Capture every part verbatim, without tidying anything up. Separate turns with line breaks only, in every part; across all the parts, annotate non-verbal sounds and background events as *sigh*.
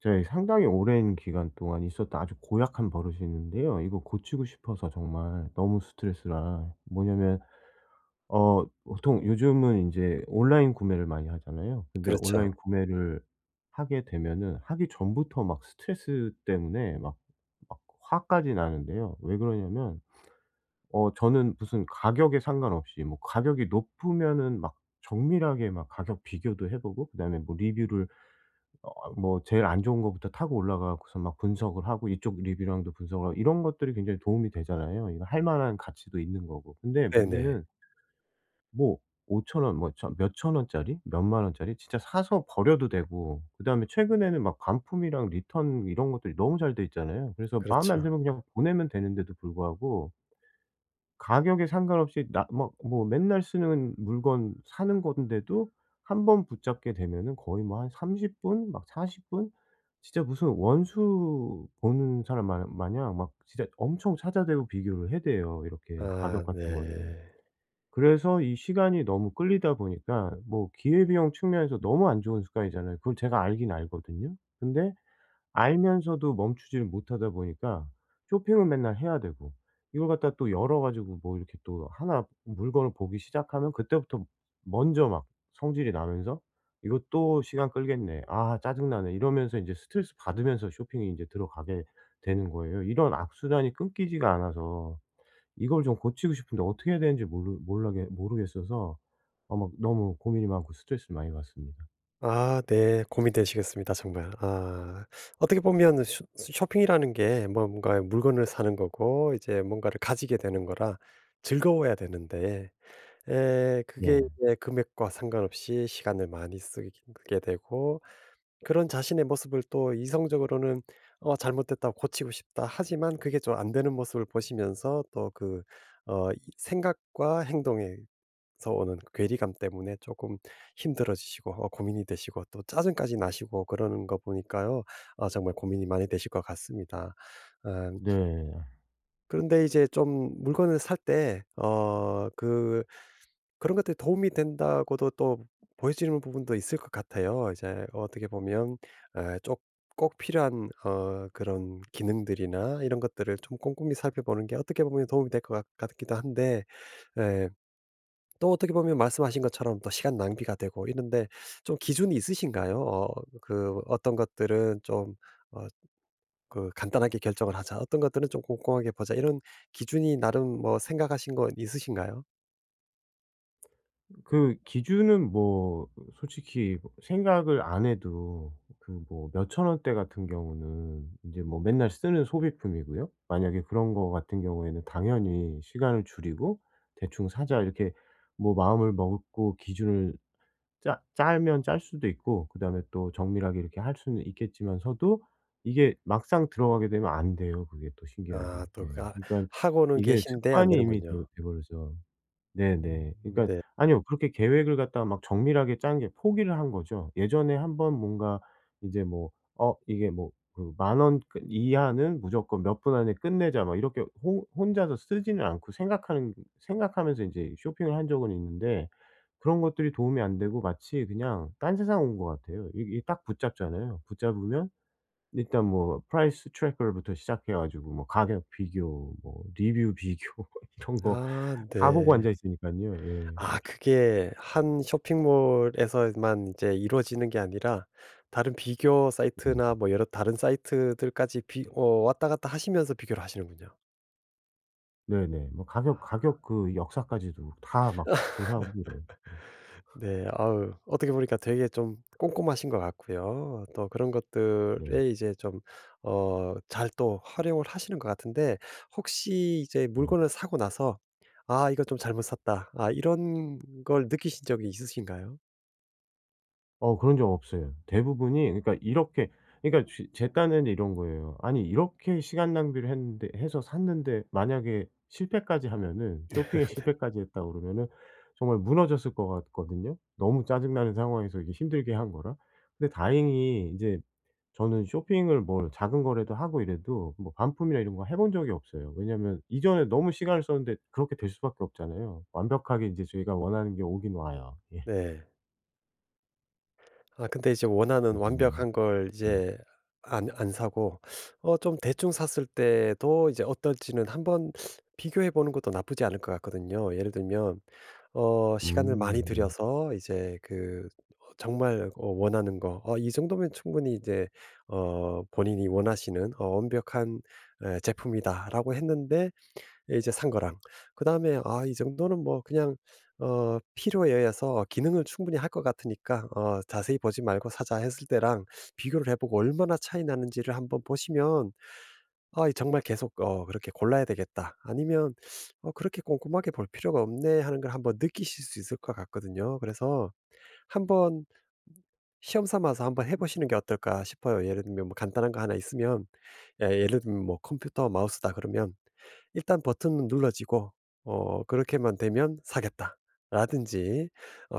제 상당히 오랜 기간 동안 있었던 아주 고약한 버릇이 있는데요. 이거 고치고 싶어서 정말 너무 스트레스라. 뭐냐면 어 보통 요즘은 이제 온라인 구매를 많이 하잖아요. 근데 온라인
그렇죠.
구매를 하게 되면은 하기 전부터 막 스트레스 때문에 막 막 화까지 나는데요. 왜 그러냐면 어 저는 무슨 가격에 상관없이 뭐 가격이 높으면은 막 정밀하게 막 가격 비교도 해 보고, 그다음에 뭐 리뷰를 어 뭐 제일 안 좋은 거부터 타고 올라가고서 막 분석을 하고, 이쪽 리뷰랑도 분석을 하고, 이런 것들이 굉장히 도움이 되잖아요. 이거 할 만한 가치도 있는 거고. 근데
네네.
문제는 뭐오천 원 뭐 천 몇천 원짜리, 몇만 원짜리 진짜 사서 버려도 되고, 그다음에 최근에는 막 반품이랑 리턴 이런 것들이 너무 잘 돼 있잖아요. 그래서 마음에 안
그렇죠.
들면 그냥 보내면 되는데도 불구하고 가격에 상관없이 나 막 뭐 맨날 쓰는 물건 사는 건데도 한번 붙잡게 되면은 거의 뭐 한 삼십 분 막 사십 분 진짜 무슨 원수 보는 사람 마 마냥 막 진짜 엄청 찾아대고 비교를 해대요, 이렇게 가격
아
같은 거를.
네.
그래서 이 시간이 너무 끌리다 보니까 뭐 기회비용 측면에서 너무 안 좋은 습관이잖아요. 그걸 제가 알긴 알거든요. 근데 알면서도 멈추지를 못하다 보니까 쇼핑은 맨날 해야 되고, 이걸 갖다 또 열어 가지고 뭐 이렇게 또 하나 물건을 보기 시작하면 그때부터 먼저 막 성질이 나면서 '이거 또 시간 끌겠네. 아 짜증나네.' 이러면서 인제 스트레스 받으면서 쇼핑이 인제 들어가게 되는 거예요. 이런 악순환이 끊기지가 않아서 이걸 좀 고치고 싶은데 어떻게 해야 되는지 모르 몰라게 모르겠어서 아 막 너무 고민이 많고 스트레스를 많이 받습니다.
아 네. 고민되시겠습니다 정말. 아 어떻게 보면 쇼 쇼핑이라는 게 뭔가 물건을 사는 거고 이제 뭔가를 가지게 되는 거라 즐거워야 되는데, 예, 그게
네.
이제 금액과 상관없이 시간을 많이 쓰게 되고, 그런 자신의 모습을 또 이성적으로는 '어 잘못됐다. 고치고 싶다.' 하지만 그게 좀 안 되는 모습을 보시면서 또 그 어 이 생각과 행동에서 오는 그 괴리감 때문에 조금 힘들어지시고 어 고민이 되시고 또 짜증까지 나시고 그러는 거 보니까요. 어, 정말 고민이 많이 되실 것 같습니다. 아,
네.
그런데 이제 좀 물건을 살 때 어 그 그런 것들이 도움이 된다고도 또 보여지는 부분도 있을 것 같아요. 이제 어떻게 보면 예 쪽 꼭 필요한 어 그런 기능들이나 이런 것들을 좀 꼼꼼히 살펴보는 게 어떻게 보면 도움이 될 것 같기도 한데, 에, 또 어떻게 보면 말씀하신 것처럼 또 시간 낭비가 되고 이런데 좀 기준이 있으신가요? 어 그 어떤 것들은 좀어 그 간단하게 결정을 하자, 어떤 것들은 좀 꼼꼼하게 보자, 이런 기준이 나름 뭐 생각하신 건 있으신가요?
그 기준은 뭐 솔직히 뭐 생각을 안 해도 그 뭐 몇천 원대 같은 경우는 인제 뭐 맨날 쓰는 소비품이고요. 만약에 그런 거 같은 경우에는 당연히 시간을 줄이고 '대충 사자.' 이렇게 뭐 마음을 먹고 기준을 짜 짜면 짤 수도 있고, 그다음에 또 정밀하게 이렇게 할 수는 있겠지만서도 이게 막상 들어가게 되면 안 돼요, 그게 또
아
신기하게.
또
예.
그
그러니깐
하고는
이게
계신데 안
습관이 이미 돼
되는군요.
돼 버려서.
음
네네. 그러니까
네.
아니요, 그렇게 계획을 갖다가 막 정밀하게 짠 게 포기를 한 거죠. 예전에 한번 뭔가 이제 뭐 어 이게 뭐 그 만 원 그 이하는 무조건 몇 분 안에 끝내자." 막 이렇게 호 혼자서 쓰지는 않고 생각하는 생각하면서 인제 쇼핑을 한 적은 있는데, 그런 것들이 도움이 안 되고 마치 그냥 딴 세상 온 것 같아요. 이게 딱 붙잡잖아요. 붙잡으면 일단 뭐 프라이스 트래커부터 시작해 가지고 뭐 가격 비교, 뭐 리뷰 비교 *laughs* 이런 거
아
다 보고
네.
앉아 있으니까요. 예.
아 그게 한 쇼핑몰에서만 이제 이루어지는 게 아니라 다른 비교
음.
사이트나 뭐 여러 다른 사이트들까지 비 어 왔다 갔다 하시면서 비교를 하시는군요.
네네. 뭐 가격 가격 그 역사까지도 다 막 조사하고. 네.
네. 아우, 어떻게 보니까 되게 좀 꼼꼼하신 것 같고요. 또 그런
네.
것들에 이제 좀 어 잘 또 활용을 하시는 것 같은데, 혹시 이제
네.
물건을 사고 나서 '아 이거 좀 잘못 샀다.' 아 이런 걸 느끼신 적이 있으신가요?
어 그런 적 없어요. 대부분이 그러니까 이렇게, 그러니까 쥐 제 딴에는 이런 거예요. '아니 이렇게 시간 낭비를 했는데 해서 샀는데 만약에 실패까지 하면은 쇼핑에 *laughs* 실패까지 했다 그러면은 정말 무너졌을 것 같거든요. 너무 짜증 나는 상황에서 이게 힘들게 한 거라.' 근데 다행히 이제 저는 쇼핑을 뭘 작은 거라도 하고 이래도 뭐 반품이나 이런 거 해본 적이 없어요. 왜냐하면 이전에 너무 시간을 썼는데 그렇게 될 수밖에 없잖아요. 완벽하게 이제 저희가 원하는 게 오긴 와요. 예.
네. 아 근데 이제 원하는
그래서 뭐.
완벽한 걸
네.
이제 안 안 사고 어 좀 대충 샀을 때도 이제 어떨지는 한번 비교해 보는 것도 나쁘지 않을 것 같거든요. 예를 들면 어 시간을
음
많이
네.
들여서 이제 그 어 정말 어 원하는 거 어 이 정도면 충분히 이제 어 본인이 원하시는 어 '완벽한, 에, 제품이다.'라고 했는데 예 이제 산 거랑. 그다음에 '아 이 정도는 뭐 그냥 어 필요에 의해서 기능을 충분히 할 것 같으니까 어 자세히 보지 말고 사자.' 했을 때랑 비교를 해 보고 얼마나 차이 나는지를 한번 보시면 '아 이, 정말 계속 어 그렇게 골라야 되겠다.' 아니면 '어 그렇게 꼼꼼하게 볼 필요가 없네.' 하는 걸 한번 느끼실 수 있을 것 같거든요. 그래서 한번 시험 삼아서 한번 해 보시는 게 어떨까 싶어요. 예를 들면 뭐 간단한 거 하나 있으면 예, 예를 들면 뭐 컴퓨터 마우스다 그러면 일단 버튼은 눌러지고 어 '그렇게만 되면 사겠다.'라든지 어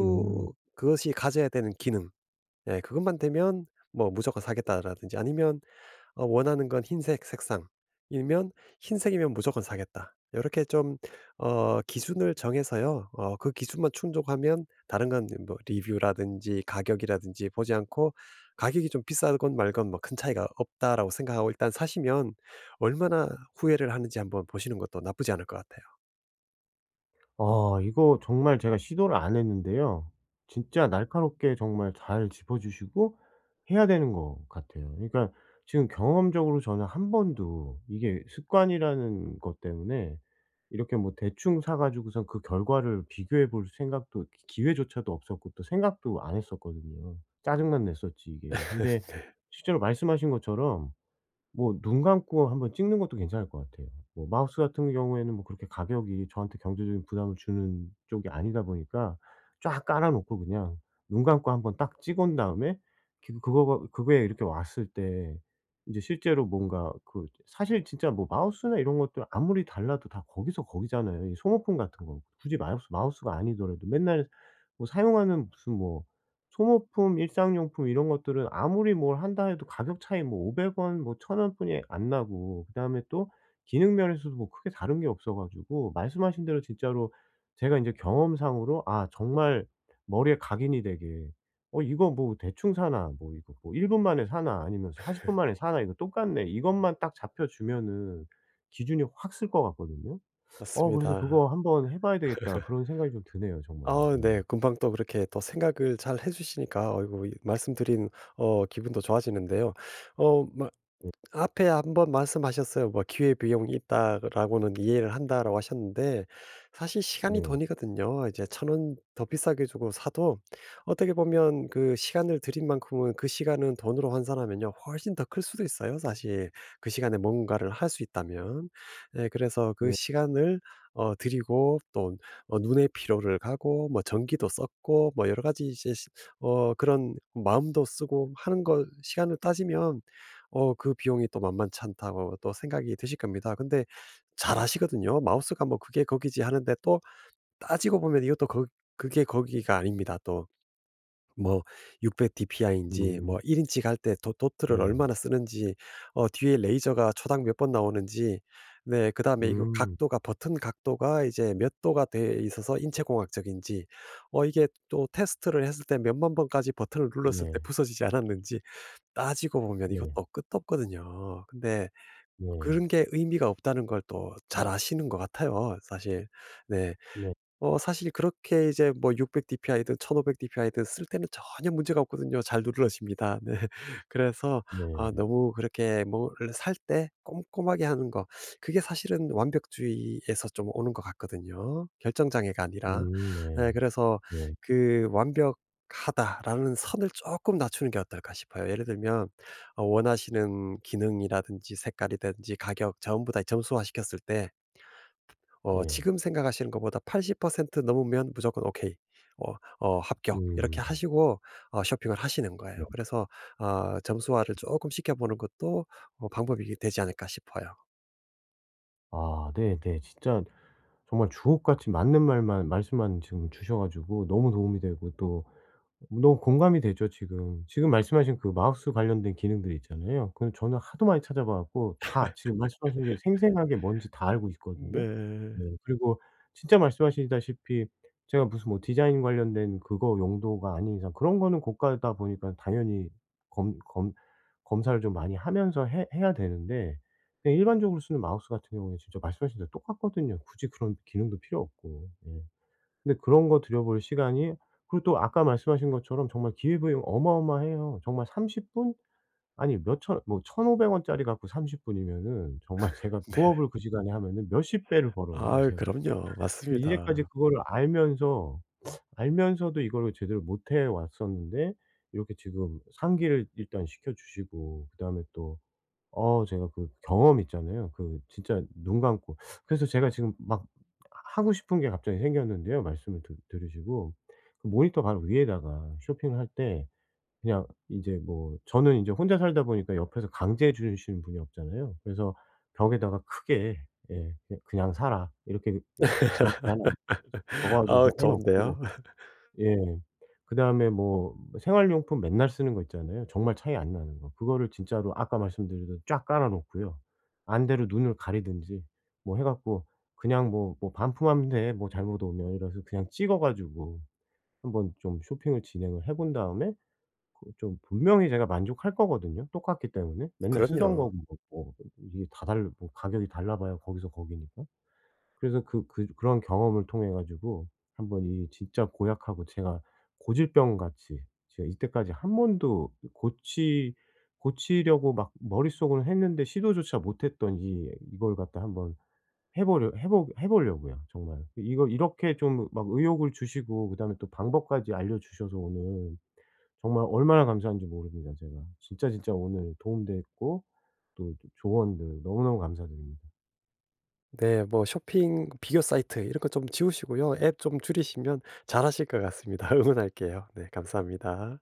음.
그것이 가져야 되는 기능 예 그것만 되면 뭐 '무조건 사겠다.'라든지 아니면 어 원하는 건 흰색 색상이면 '흰색이면 무조건 사겠다.' 이렇게 좀 어 기준을 정해서요. 어 그 기준만 충족하면 다른 건 뭐 리뷰라든지 가격이라든지 보지 않고 가격이 좀 비싸건 말건 뭐 '큰 차이가 없다.'라고 생각하고 일단 사시면 얼마나 후회를 하는지 한번 보시는 것도 나쁘지 않을 것 같아요.
아 이거 정말 제가 시도를 안 했는데요. 진짜 날카롭게 정말 잘 짚어 주시고 해야 되는 것 같아요. 그러니까 지금 경험적으로 저는 한 번도 이게 습관이라는 것 때문에 이렇게 뭐 대충 사 가지고선 그 결과를 비교해 볼 생각도 기 기회조차도 없었고 또 생각도 안 했었거든요. 짜증만 냈었지 이게. 근데
*laughs*
실제로 말씀하신 것처럼 뭐 눈 감고 한번 찍는 것도 괜찮을 것 같아요. 뭐 마우스 같은 경우에는 뭐 그렇게 가격이 저한테 경제적인 부담을 주는 쪽이 아니다 보니까 쫙 깔아 놓고 그냥 눈 감고 한번 딱 찍어 온 다음에 그 그거 그거에 이렇게 왔을 때 이제 실제로 뭔가 그 사실 진짜 뭐 마우스나 이런 것들 아무리 달라도 다 거기서 거기잖아요. 이 소모품 같은 거. 굳이 마우스 마우스가 아니더라도 맨날 뭐 사용하는 무슨 뭐 소모품, 일상용품 이런 것들은 아무리 뭘 한다 해도 가격 차이 뭐 오백 원 뭐 천 원 뿐이 안 나고, 그다음에 또 기능 면에서도 뭐 크게 다른 게 없어 가지고 말씀하신 대로 진짜로 제가 인제 경험상으로 '아 정말 머리에 각인이 되게 '어 이거 뭐 대충 사나 뭐 이거 뭐 일 분 만에 사나 아니면 사십 분 만에 사나 이거 똑같네.' 이것만 딱 잡혀 주면은 기준이 확 쓸 것 같거든요. 어 그래서
맞습니다.
'그거 한번 해 봐야 되겠다.' 그런 생각이 좀 드네요 정말로.
아
예.
네. 금방 또 그렇게 또 생각을 잘 해 주시니까 어이구 이 말씀드린 어 기분도 좋아지는데요. 어
네.
앞에 한번 말씀하셨어요. 뭐 "기회비용이 있다."라고는 "이해를 한다."라고 하셨는데 사실 시간이
네.
돈이거든요. 이제 천 원 더 비싸게 주고 사도 어떻게 보면 그 시간을 들인 만큼은 그 시간은 돈으로 환산하면요 훨씬 더 클 수도 있어요 사실. 그 시간에 뭔가를 할 수 있다면. 예 그래서 그
네.
시간을 어 드리고 또 어 눈의 피로를 가고 뭐 전기도 썼고 뭐 여러 가지 이제 시 어 그런 마음도 쓰고 하는 거 시간을 따지면 어 그 비용이 또 만만치 않다고 또 생각이 드실 겁니다. 근데 잘 아시거든요. 마우스가 뭐 '그게 거기지.' 하는데 또 따지고 보면 이것도 거 그게 거기가 아닙니다. 또 뭐 육백 디피아이인지
음.
뭐 일 인치 갈 때 도 도트를
네.
얼마나 쓰는지 어 뒤에 레이저가 초당 몇 번 나오는지 네 그다음에 이거
음.
각도가 버튼 각도가 이제 몇 도가 돼 있어서 인체공학적인지 어 이게 또 테스트를 했을 때 몇만 번까지 버튼을 눌렀을 때
네.
부서지지 않았는지 따지고 보면
네.
이것도 끝도 없거든요. 근데
네.
그런 게 의미가 없다는 걸 또 잘 아시는 것 같아요 사실. 네.
네.
어 사실 그렇게 이제 뭐 육백 디피아이든 천오백 디피아이든 쓸 때는 전혀 문제가 없거든요. 잘 누러집니다. 네. *laughs* 그래서
네.
아 너무 그렇게 뭘 살 때 꼼꼼하게 하는 거, 그게 사실은 완벽주의에서 좀 오는 것 같거든요, 결정 장애가 아니라.
음 네.
네, 그래서
네.
그 '완벽하다.'라는 선을 조금 낮추는 게 어떨까 싶어요. 예를 들면 어 원하시는 기능이라든지 색깔이든지 가격 전부 다 점수화 시켰을 때 어
네.
지금 생각하시는 것보다 팔십 퍼센트 넘으면 무조건 오케이. 어 어 합격.
음.
이렇게 하시고 어 쇼핑을 하시는 거예요.
네.
그래서 아 점수화를 조금 시켜보는 것도 어 방법이 되지 않을까 싶어요.
아 네네. 진짜 정말 주옥같이 맞는 말만 말씀만 지금 주셔 가지고 너무 도움이 되고, 또 너무 공감이 되죠 지금. 지금 말씀하신 그 마우스 관련된 기능들 있잖아요. 그건 저는 하도 많이 찾아봐 갖고 다 지금 말씀하신 게 생생하게 뭔지 다 알고 있거든요.
네.
네. 그리고 진짜 말씀하시다시피 제가 무슨 뭐 디자인 관련된 그거 용도가 아닌 이상 그런 거는 고가다 보니까 당연히 검 검 검사를 좀 많이 하면서 해 해야 되는데, 그냥 일반적으로 쓰는 마우스 같은 경우에 진짜 말씀하신 대로 똑같거든요. 굳이 그런 기능도 필요 없고. 예. 근데 그런 거 들여볼 시간이. 그리고 또 아까 말씀하신 것처럼 정말 기회비용 어마어마해요. 정말 삼십 분, 아니 몇천 뭐 천오백 원짜리 갖고 삼십 분이면은 정말 *laughs* 제가 부업을 그 시간에 하면은 몇십 배를 벌어요
아
제가.
그럼요.
근데 이제까지
맞습니다.
그거를 알면서 알면서도 이거를 제대로 못해 왔었는데, 이렇게 지금 상기를 일단 시켜 주시고, 그다음에 또 어 제가 그 경험 있잖아요. 그 진짜 눈 감고. 그래서 제가 지금 막 하고 싶은 게 갑자기 생겼는데요, 말씀을 드 들으시고. 그 모니터 바로 위에다가 쇼핑을 할 때 그냥 이제 뭐 저는 이제 혼자 살다 보니까 옆에서 강제해 주시는 분이 없잖아요. 그래서 벽에다가 크게 예 "그냥 사라." 이렇게 그 굵게
*laughs*
하나 적어
아
가지고서 해 놓고.
좋은데요.
예. 그다음에 뭐 생활용품 맨날 쓰는 거 있잖아요. 정말 차이 안 나는 거. 그거를 진짜로 아까 말씀드린 쫙 깔아 놓고요. 안대로 눈을 가리든지 뭐 해 갖고 그냥 뭐 뭐 "반품하면 돼, 뭐 잘못 오면." 이래서 그냥 찍어 가지고 한번 좀 쇼핑을 진행을 해본 다음에 그 좀 분명히 제가 만족할 거거든요, 똑같기 때문에. 맨날 쓰던
그럼요.
거고 뭐 뭐 이게 다 달라 뭐 가격이 달라 봐야 거기서 거기니까. 그래서 그 그 그런 경험을 통해 가지고 한번 이 진짜 고약하고, 제가 고질병같이 제가 이때까지 한 번도 고치 고치려고 막 머릿속으로 했는데 시도조차 못했던 이 이걸 갖다 한번 해 보려 해보 해 보려고요 정말. 이거 이렇게 좀 막 의욕을 주시고 그다음에 또 방법까지 알려 주셔서 오늘 정말 얼마나 감사한지 모릅니다 제가. 진짜, 진짜 오늘 도움 됐고, 또 조언들 너무너무 감사드립니다.
네. 뭐 쇼핑 비교 사이트 이런 거 좀 지우시고요. 앱 좀 줄이시면 잘하실 것 같습니다. *laughs* 응원할게요. 네 감사합니다.